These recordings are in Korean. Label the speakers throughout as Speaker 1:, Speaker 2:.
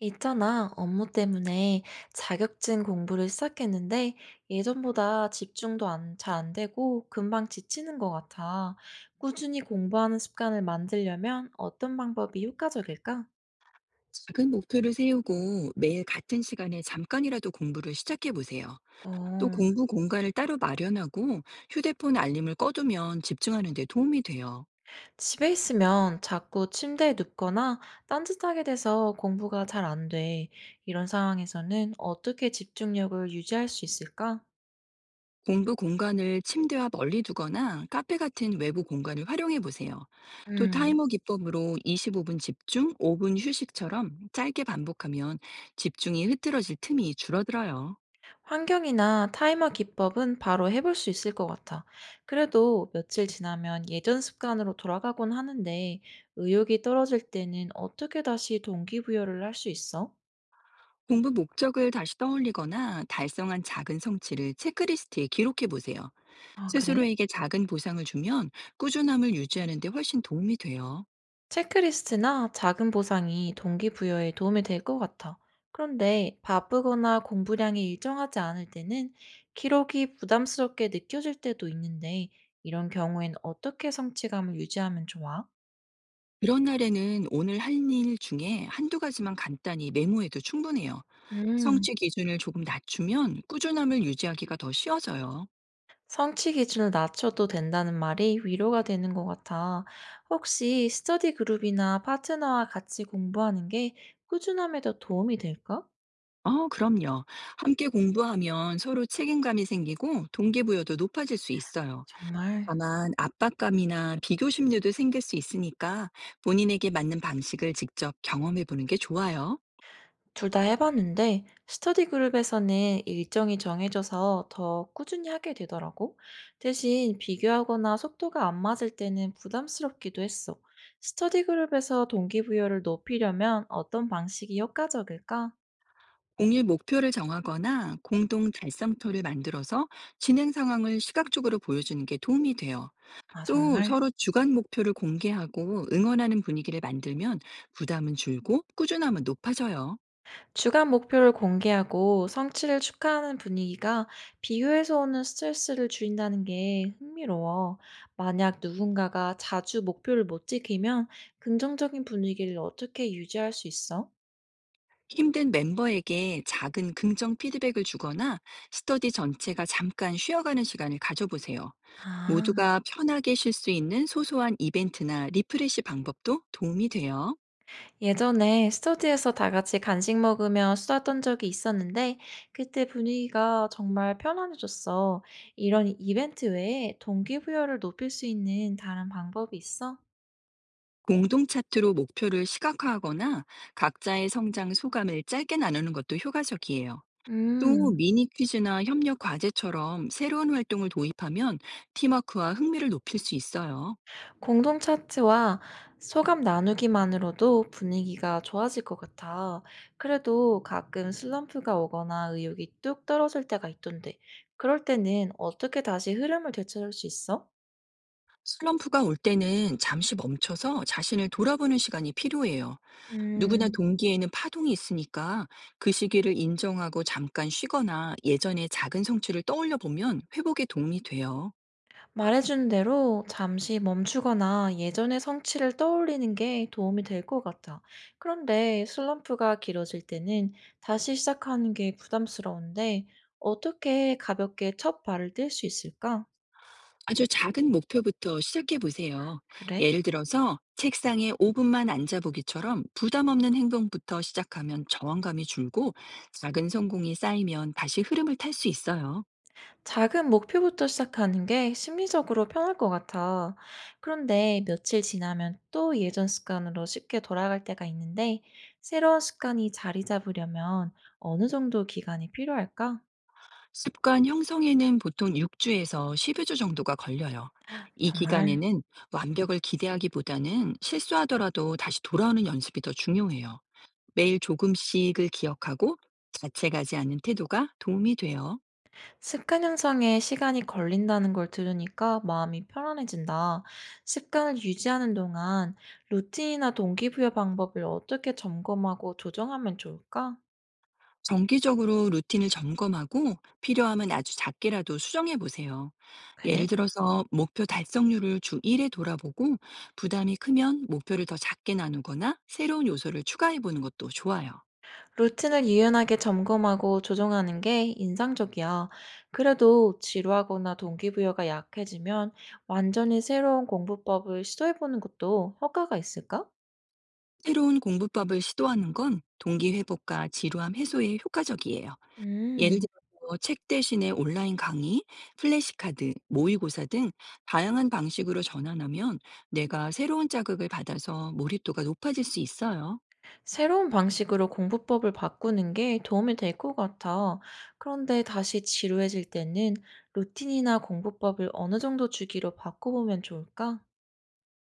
Speaker 1: 있잖아, 업무 때문에 자격증 공부를 시작했는데 예전보다 집중도 안, 잘 안 되고 금방 지치는 것 같아. 꾸준히 공부하는 습관을 만들려면 어떤 방법이 효과적일까?
Speaker 2: 작은 목표를 세우고 매일 같은 시간에 잠깐이라도 공부를 시작해 보세요. 또
Speaker 1: 어,
Speaker 2: 공부 공간을 따로 마련하고 휴대폰 알림을 꺼두면 집중하는 데 도움이 돼요.
Speaker 1: 집에 있으면 자꾸 침대에 눕거나 딴짓하게 돼서 공부가 잘 안 돼. 이런 상황에서는 어떻게 집중력을 유지할 수 있을까?
Speaker 2: 공부 공간을 침대와 멀리 두거나 카페 같은 외부 공간을 활용해 보세요. 또
Speaker 1: 음.
Speaker 2: 타이머 기법으로 25분 집중, 5분 휴식처럼 짧게 반복하면 집중이 흐트러질 틈이 줄어들어요.
Speaker 1: 환경이나 타이머 기법은 바로 해볼 수 있을 것 같아. 그래도 며칠 지나면 예전 습관으로 돌아가곤 하는데 의욕이 떨어질 때는 어떻게 다시 동기부여를 할 수 있어?
Speaker 2: 공부 목적을 다시 떠올리거나 달성한 작은 성취를 체크리스트에 기록해 보세요.
Speaker 1: 아, 그래?
Speaker 2: 스스로에게 작은 보상을 주면 꾸준함을 유지하는 데 훨씬 도움이 돼요.
Speaker 1: 체크리스트나 작은 보상이 동기부여에 도움이 될 것 같아. 그런데 바쁘거나 공부량이 일정하지 않을 때는 기록이 부담스럽게 느껴질 때도 있는데 이런 경우엔 어떻게 성취감을 유지하면 좋아?
Speaker 2: 그런 날에는 오늘 한 일 중에 한두 가지만 간단히 메모해도 충분해요.
Speaker 1: 음.
Speaker 2: 성취 기준을 조금 낮추면 꾸준함을 유지하기가 더 쉬워져요.
Speaker 1: 성취 기준을 낮춰도 된다는 말이 위로가 되는 것 같아. 혹시 스터디 그룹이나 파트너와 같이 공부하는 게 꾸준함에 더 도움이 될까?
Speaker 2: 어, 그럼요. 함께 공부하면 서로 책임감이 생기고 동기부여도 높아질 수 있어요.
Speaker 1: 정말
Speaker 2: 다만 압박감이나 비교 심리도 생길 수 있으니까 본인에게 맞는 방식을 직접 경험해 보는 게 좋아요.
Speaker 1: 둘 다 해봤는데 스터디 그룹에서는 일정이 정해져서 더 꾸준히 하게 되더라고. 대신 비교하거나 속도가 안 맞을 때는 부담스럽기도 했어. 스터디 그룹에서 동기부여를 높이려면 어떤 방식이 효과적일까?
Speaker 2: 공유 목표를 정하거나 공동 달성토를 만들어서 진행 상황을 시각적으로 보여주는 게 도움이 돼요.
Speaker 1: 아,
Speaker 2: 또
Speaker 1: 정말?
Speaker 2: 서로 주간 목표를 공개하고 응원하는 분위기를 만들면 부담은 줄고 꾸준함은 높아져요.
Speaker 1: 주간 목표를 공개하고 성취를 축하하는 분위기가 비교에서 오는 스트레스를 줄인다는 게 흥미로워. 만약 누군가가 자주 목표를 못 지키면 긍정적인 분위기를 어떻게 유지할 수 있어?
Speaker 2: 힘든 멤버에게 작은 긍정 피드백을 주거나 스터디 전체가 잠깐 쉬어가는 시간을 가져보세요.
Speaker 1: 아,
Speaker 2: 모두가 편하게 쉴 수 있는 소소한 이벤트나 리프레시 방법도 도움이 돼요.
Speaker 1: 예전에 스터디에서 다 같이 간식 먹으며 수다 떤 적이 있었는데 그때 분위기가 정말 편안해졌어. 이런 이벤트 외에 동기부여를 높일 수 있는 다른 방법이 있어?
Speaker 2: 공동 차트로 목표를 시각화하거나 각자의 성장 소감을 짧게 나누는 것도 효과적이에요. 또
Speaker 1: 음.
Speaker 2: 미니 퀴즈나 협력 과제처럼 새로운 활동을 도입하면 팀워크와 흥미를 높일 수 있어요.
Speaker 1: 공동 차트와 소감 나누기만으로도 분위기가 좋아질 것 같아. 그래도 가끔 슬럼프가 오거나 의욕이 뚝 떨어질 때가 있던데, 그럴 때는 어떻게 다시 흐름을 되찾을 수 있어?
Speaker 2: 슬럼프가 올 때는 잠시 멈춰서 자신을 돌아보는 시간이 필요해요. 누구나
Speaker 1: 음,
Speaker 2: 동기에는 파동이 있으니까 그 시기를 인정하고 잠깐 쉬거나 예전의 작은 성취를 떠올려 보면 회복에 도움이 돼요.
Speaker 1: 말해준 대로 잠시 멈추거나 예전의 성취를 떠올리는 게 도움이 될 것 같아. 그런데 슬럼프가 길어질 때는 다시 시작하는 게 부담스러운데, 어떻게 가볍게 첫 발을 뗄 수 있을까?
Speaker 2: 아주 작은 목표부터 시작해 보세요.
Speaker 1: 그래?
Speaker 2: 예를 들어서 책상에 5분만 앉아보기처럼 부담 없는 행동부터 시작하면 저항감이 줄고 작은 성공이 쌓이면 다시 흐름을 탈 수 있어요.
Speaker 1: 작은 목표부터 시작하는 게 심리적으로 편할 것 같아. 그런데 며칠 지나면 또 예전 습관으로 쉽게 돌아갈 때가 있는데, 새로운 습관이 자리 잡으려면 어느 정도 기간이 필요할까?
Speaker 2: 습관 형성에는 보통 6주에서 1여주 정도가 걸려요. 이
Speaker 1: 정말
Speaker 2: 기간에는 완벽을 기대하기보다는 실수하더라도 다시 돌아오는 연습이 더 중요해요. 매일 조금씩을 기억하고 자책하지 않는 태도가 도움이 돼요.
Speaker 1: 습관 형성에 시간이 걸린다는 걸 들으니까 마음이 편안해진다. 습관을 유지하는 동안 루틴이나 동기부여 방법을 어떻게 점검하고 조정하면 좋을까?
Speaker 2: 정기적으로 루틴을 점검하고 필요하면 아주 작게라도 수정해 보세요. 예를
Speaker 1: 그래?
Speaker 2: 들어서 목표 달성률을 주 1에 돌아보고 부담이 크면 목표를 더 작게 나누거나 새로운 요소를 추가해 보는 것도 좋아요.
Speaker 1: 루틴을 유연하게 점검하고 조정하는 게 인상적이야. 그래도 지루하거나 동기부여가 약해지면 완전히 새로운 공부법을 시도해보는 것도 효과가 있을까?
Speaker 2: 새로운 공부법을 시도하는 건 동기 회복과 지루함 해소에 효과적이에요. 예를
Speaker 1: 음,
Speaker 2: 들어서 책 대신에 온라인 강의, 플래시카드, 모의고사 등 다양한 방식으로 전환하면 내가 새로운 자극을 받아서 몰입도가 높아질 수 있어요.
Speaker 1: 새로운 방식으로 공부법을 바꾸는 게 도움이 될 것 같아. 그런데 다시 지루해질 때는 루틴이나 공부법을 어느 정도 주기로 바꿔보면 좋을까?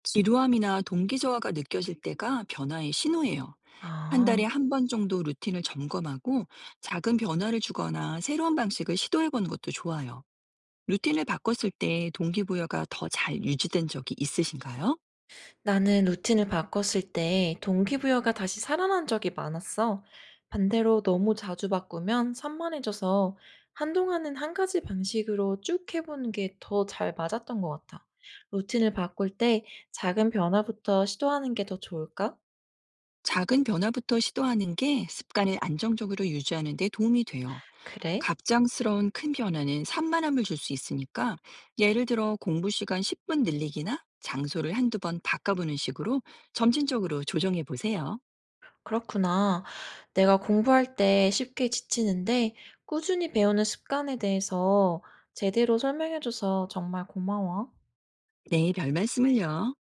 Speaker 2: 지루함이나 동기 저하가 느껴질 때가 변화의 신호예요. 한
Speaker 1: 아.
Speaker 2: 달에 한 번 정도 루틴을 점검하고 작은 변화를 주거나 새로운 방식을 시도해 보는 것도 좋아요. 루틴을 바꿨을 때 동기부여가 더 잘 유지된 적이 있으신가요?
Speaker 1: 나는 루틴을 바꿨을 때 동기부여가 다시 살아난 적이 많았어. 반대로 너무 자주 바꾸면 산만해져서 한동안은 한 가지 방식으로 쭉 해보는 게 더 잘 맞았던 것 같아. 루틴을 바꿀 때 작은 변화부터 시도하는 게 더 좋을까?
Speaker 2: 작은 변화부터 시도하는 게 습관을 안정적으로 유지하는 데 도움이 돼요.
Speaker 1: 그래?
Speaker 2: 갑작스러운 큰 변화는 산만함을 줄 수 있으니까 예를 들어 공부 시간 10분 늘리기나 장소를 한두 번 바꿔보는 식으로 점진적으로 조정해 보세요.
Speaker 1: 그렇구나. 내가 공부할 때 쉽게 지치는데 꾸준히 배우는 습관에 대해서 제대로 설명해줘서 정말 고마워.
Speaker 2: 네, 별말씀을요.